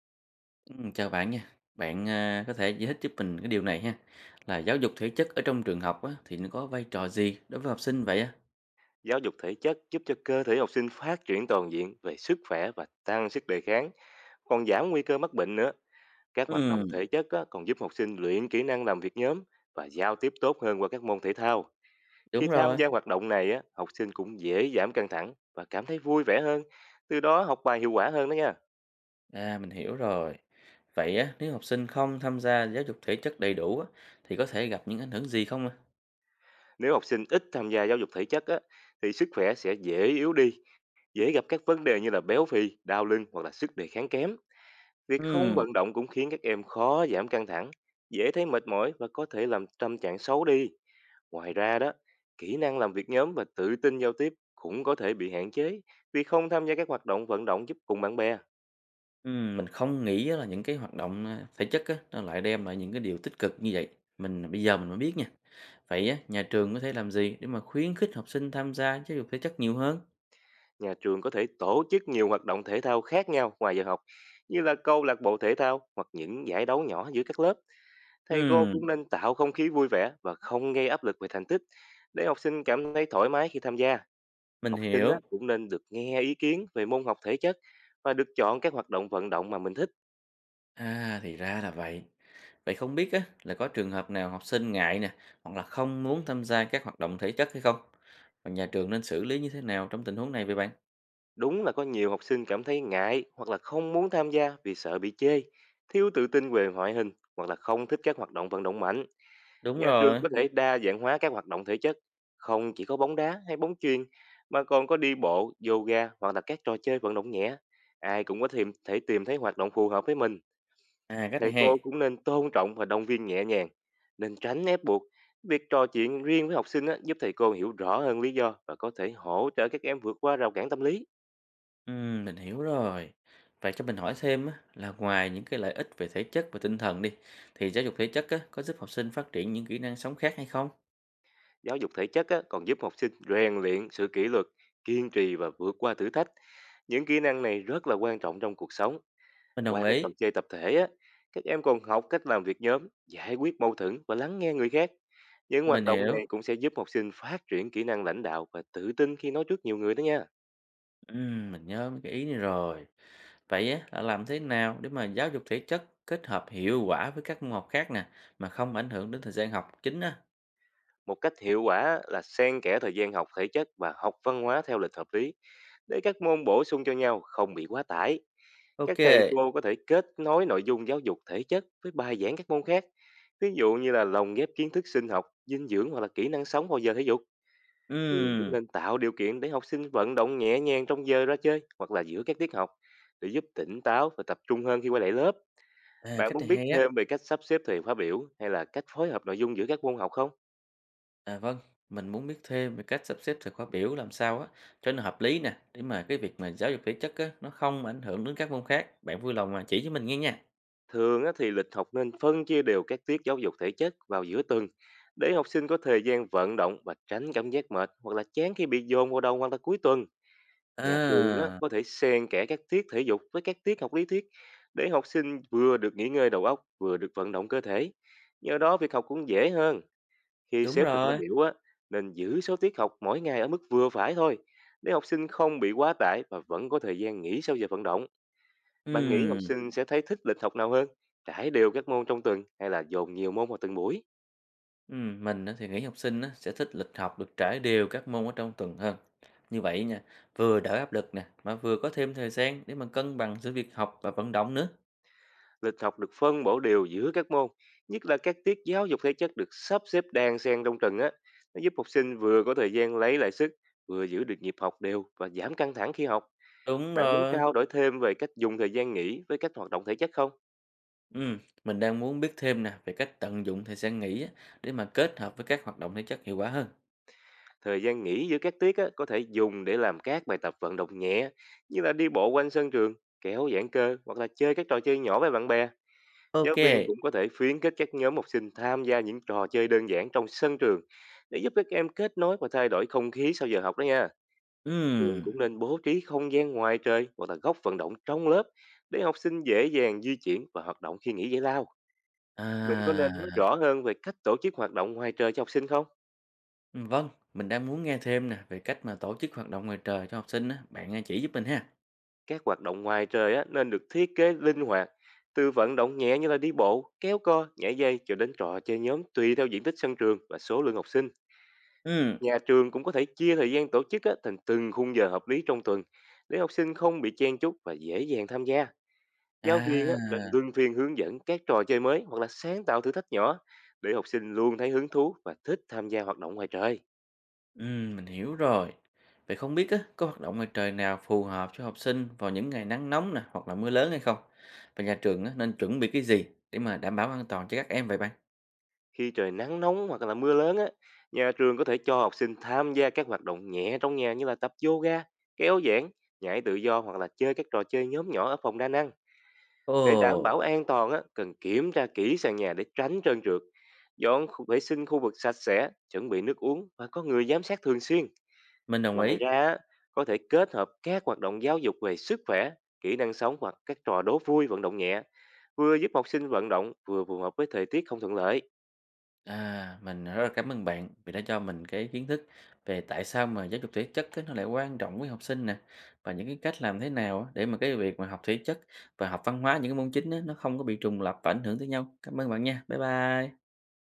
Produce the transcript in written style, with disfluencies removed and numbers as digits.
Chào bạn nha. Bạn à, có thể giải thích giúp mình cái điều này ha. Là giáo dục thể chất ở trong trường học á, thì nó có vai trò gì đối với học sinh vậy á? Giáo dục thể chất giúp cho cơ thể học sinh phát triển toàn diện về sức khỏe và tăng sức đề kháng, còn giảm nguy cơ mắc bệnh nữa. Các hoạt động Ừ, thể chất á, còn giúp học sinh luyện kỹ năng làm việc nhóm và giao tiếp tốt hơn qua các môn thể thao. Khi đúng tham rồi. gia hoạt động này, á, học sinh cũng dễ giảm căng thẳng và cảm thấy vui vẻ hơn, từ đó học bài hiệu quả hơn đó nha. À, mình hiểu rồi. Vậy á, nếu học sinh không tham gia giáo dục thể chất đầy đủ á, thì có thể gặp những ảnh hưởng gì không ạ? Nếu học sinh ít tham gia giáo dục thể chất á, thì sức khỏe sẽ dễ yếu đi, dễ gặp các vấn đề như là béo phì, đau lưng hoặc là sức đề kháng kém. Việc không Ừ, vận động cũng khiến các em khó giảm căng thẳng, dễ thấy mệt mỏi và có thể làm tâm trạng xấu đi. Ngoài ra đó, kỹ năng làm việc nhóm và tự tin giao tiếp cũng có thể bị hạn chế vì không tham gia các hoạt động vận động giúp cùng bạn bè. ừ, mình không nghĩ á là những cái hoạt động thể chất á, nó lại đem lại những cái điều tích cực như vậy. Mình bây giờ mình mới biết nha. Vậy á, nhà trường có thể làm gì để mà khuyến khích học sinh tham gia giáo dục thể chất nhiều hơn? Nhà trường có thể tổ chức nhiều hoạt động thể thao khác nhau ngoài giờ học, như là câu lạc bộ thể thao hoặc những giải đấu nhỏ giữa các lớp. Thầy cô Ừ, cũng nên tạo không khí vui vẻ và không gây áp lực về thành tích để học sinh cảm thấy thoải mái khi tham gia. mình Học sinh á, hiểu. cũng nên được nghe ý kiến về môn học thể chất và được chọn các hoạt động vận động mà mình thích. À, thì ra là vậy. Vậy không biết á, là có trường hợp nào học sinh ngại nè, hoặc là không muốn tham gia các hoạt động thể chất hay không? Và nhà trường nên xử lý như thế nào trong tình huống này vậy bạn? Đúng là có nhiều học sinh cảm thấy ngại hoặc là không muốn tham gia vì sợ bị chê, thiếu tự tin về ngoại hình hoặc là không thích các hoạt động vận động mạnh. Đúng Nhà trường rồi. có thể đa dạng hóa các hoạt động thể chất, không chỉ có bóng đá hay bóng chuyền mà còn có đi bộ, yoga hoặc là các trò chơi vận động nhẹ. Ai cũng có thể tìm thấy hoạt động phù hợp với mình. À, cách Thầy này cô hay. cũng nên tôn trọng và động viên nhẹ nhàng, nên tránh ép buộc. Việc trò chuyện riêng với học sinh á, giúp thầy cô hiểu rõ hơn lý do và có thể hỗ trợ các em vượt qua rào cản tâm lý. Ừ, mình hiểu rồi. Vậy cho mình hỏi thêm á, là ngoài những cái lợi ích về thể chất và tinh thần đi, thì giáo dục thể chất á, có giúp học sinh phát triển những kỹ năng sống khác hay không? Giáo dục thể chất á, còn giúp học sinh rèn luyện sự kỷ luật, kiên trì và vượt qua thử thách. Những kỹ năng này rất là quan trọng trong cuộc sống. Mình đồng Qua các ý. trò chơi tập thể, á, các em còn học cách làm việc nhóm, giải quyết mâu thuẫn và lắng nghe người khác. Những hoạt Mình động hiểu. này cũng sẽ giúp học sinh phát triển kỹ năng lãnh đạo và tự tin khi nói trước nhiều người đó nha. Mình nhớ mấy cái ý này rồi. Vậy á, là làm thế nào để mà giáo dục thể chất kết hợp hiệu quả với các môn học khác nè, mà không ảnh hưởng đến thời gian học chính á? Một cách hiệu quả là xen kẽ thời gian học thể chất và học văn hóa theo lịch hợp lý để các môn bổ sung cho nhau không bị quá tải. Các Ok. thầy cô có thể kết nối nội dung giáo dục thể chất với bài giảng các môn khác. Ví dụ như là lồng ghép kiến thức sinh học, dinh dưỡng hoặc là kỹ năng sống vào giờ thể dục. Trường cũng Ừm, nên tạo điều kiện để học sinh vận động nhẹ nhàng trong giờ ra chơi hoặc là giữa các tiết học để giúp tỉnh táo và tập trung hơn khi quay lại lớp. Bạn cách muốn này biết hay á. thêm về cách sắp xếp thời khóa biểu hay là cách phối hợp nội dung giữa các môn học không? À vâng, mình muốn biết thêm về cách sắp xếp thời khóa biểu làm sao á, cho nó hợp lý nè, để mà cái việc mà giáo dục thể chất á, nó không ảnh hưởng đến các môn khác. Bạn vui lòng mà chỉ cho mình nghe nha. Thường á thì lịch học nên phân chia đều các tiết giáo dục thể chất vào giữa tuần để học sinh có thời gian vận động và tránh cảm giác mệt hoặc là chán khi bị dồn vào đầu hoặc là cuối tuần. Nhà trường á, À, có thể xen kẽ các tiết thể dục với các tiết học lý thuyết để học sinh vừa được nghỉ ngơi đầu óc vừa được vận động cơ thể. Nhờ đó việc học cũng dễ hơn. Khi đúng xếp từng khóa rồi. biểu á, nên giữ số tiết học mỗi ngày ở mức vừa phải thôi để học sinh không bị quá tải và vẫn có thời gian nghỉ sau giờ vận động. Bạn nghĩ học Ừm. sinh sẽ thấy thích lịch học nào hơn? Trải đều các môn trong tuần hay là dồn nhiều môn vào từng buổi? Mình á thì nghĩ học sinh á sẽ thích lịch học được trải đều các môn ở trong tuần hơn. Như vậy nha, vừa đỡ áp lực nè, mà vừa có thêm thời gian để mà cân bằng giữa việc học và vận động nữa. Lịch học được phân bổ đều giữa các môn, nhất là các tiết giáo dục thể chất được sắp xếp đan xen trong tuần á. Nó giúp học sinh vừa có thời gian lấy lại sức, vừa giữ được nhịp học đều và giảm căng thẳng khi học. Đúng Bạn muốn rồi. trao đổi thêm về cách dùng thời gian nghỉ với các hoạt động thể chất không? Ừm, mình đang muốn biết thêm nè về cách tận dụng thời gian nghỉ á, để mà kết hợp với các hoạt động thể chất hiệu quả hơn. Thời gian nghỉ giữa các tiết á, có thể dùng để làm các bài tập vận động nhẹ như là đi bộ quanh sân trường, kéo giãn cơ hoặc là chơi các trò chơi nhỏ với bạn bè. Giáo viên Ok. cũng có thể khuyến khích các nhóm học sinh tham gia những trò chơi đơn giản trong sân trường để giúp các em kết nối và thay đổi không khí sau giờ học đó nha. Trường Ừm. cũng nên bố trí không gian ngoài trời hoặc là góc vận động trong lớp để học sinh dễ dàng di chuyển và hoạt động khi nghỉ giải lao. Mình có nên nói À, rõ hơn về cách tổ chức hoạt động ngoài trời cho học sinh không? vâng, mình đang muốn nghe thêm nè về cách mà tổ chức hoạt động ngoài trời cho học sinh á, bạn à, chỉ giúp mình ha. Các hoạt động ngoài trời á, nên được thiết kế linh hoạt, từ vận động nhẹ như là đi bộ, kéo co, nhảy dây cho đến trò chơi nhóm tùy theo diện tích sân trường và số lượng học sinh. Ừm. Nhà trường cũng có thể chia thời gian tổ chức á, thành từng khung giờ hợp lý trong tuần để học sinh không bị chen chúc và dễ dàng tham gia. Giáo viên á, nên À. luân phiên hướng dẫn các trò chơi mới hoặc là sáng tạo thử thách nhỏ để học sinh luôn thấy hứng thú và thích tham gia hoạt động ngoài trời. Mình hiểu rồi. Vậy không biết á, có hoạt động ngoài trời nào phù hợp cho học sinh vào những ngày nắng nóng nè, hoặc là mưa lớn hay không? Và nhà trường á, nên chuẩn bị cái gì để mà đảm bảo an toàn cho các em vậy bạn? Khi trời nắng nóng hoặc là mưa lớn á, nhà trường có thể cho học sinh tham gia các hoạt động nhẹ trong nhà như là tập yoga, kéo giãn, nhảy tự do hoặc là chơi các trò chơi nhóm nhỏ ở phòng đa năng. Để đảm Ồ, bảo an toàn á, cần kiểm tra kỹ sàn nhà để tránh trơn trượt. Vệ sinh khu vực sạch sẽ, chuẩn bị nước uống và có người giám sát thường xuyên. mình đồng Ngoài ý. ra, á, có thể kết hợp các hoạt động giáo dục về sức khỏe, kỹ năng sống hoặc các trò đố vui vận động nhẹ, vừa giúp học sinh vận động vừa phù hợp với thời tiết không thuận lợi. À, mình rất là cảm ơn bạn vì đã cho mình cái kiến thức về tại sao mà giáo dục thể chất á, nó lại quan trọng với học sinh nè và những cái cách làm thế nào á, để mà cái việc mà học thể chất và học văn hóa những cái môn chính á, nó không có bị trùng lặp và ảnh hưởng tới nhau. Cảm ơn bạn nha. Bye bye.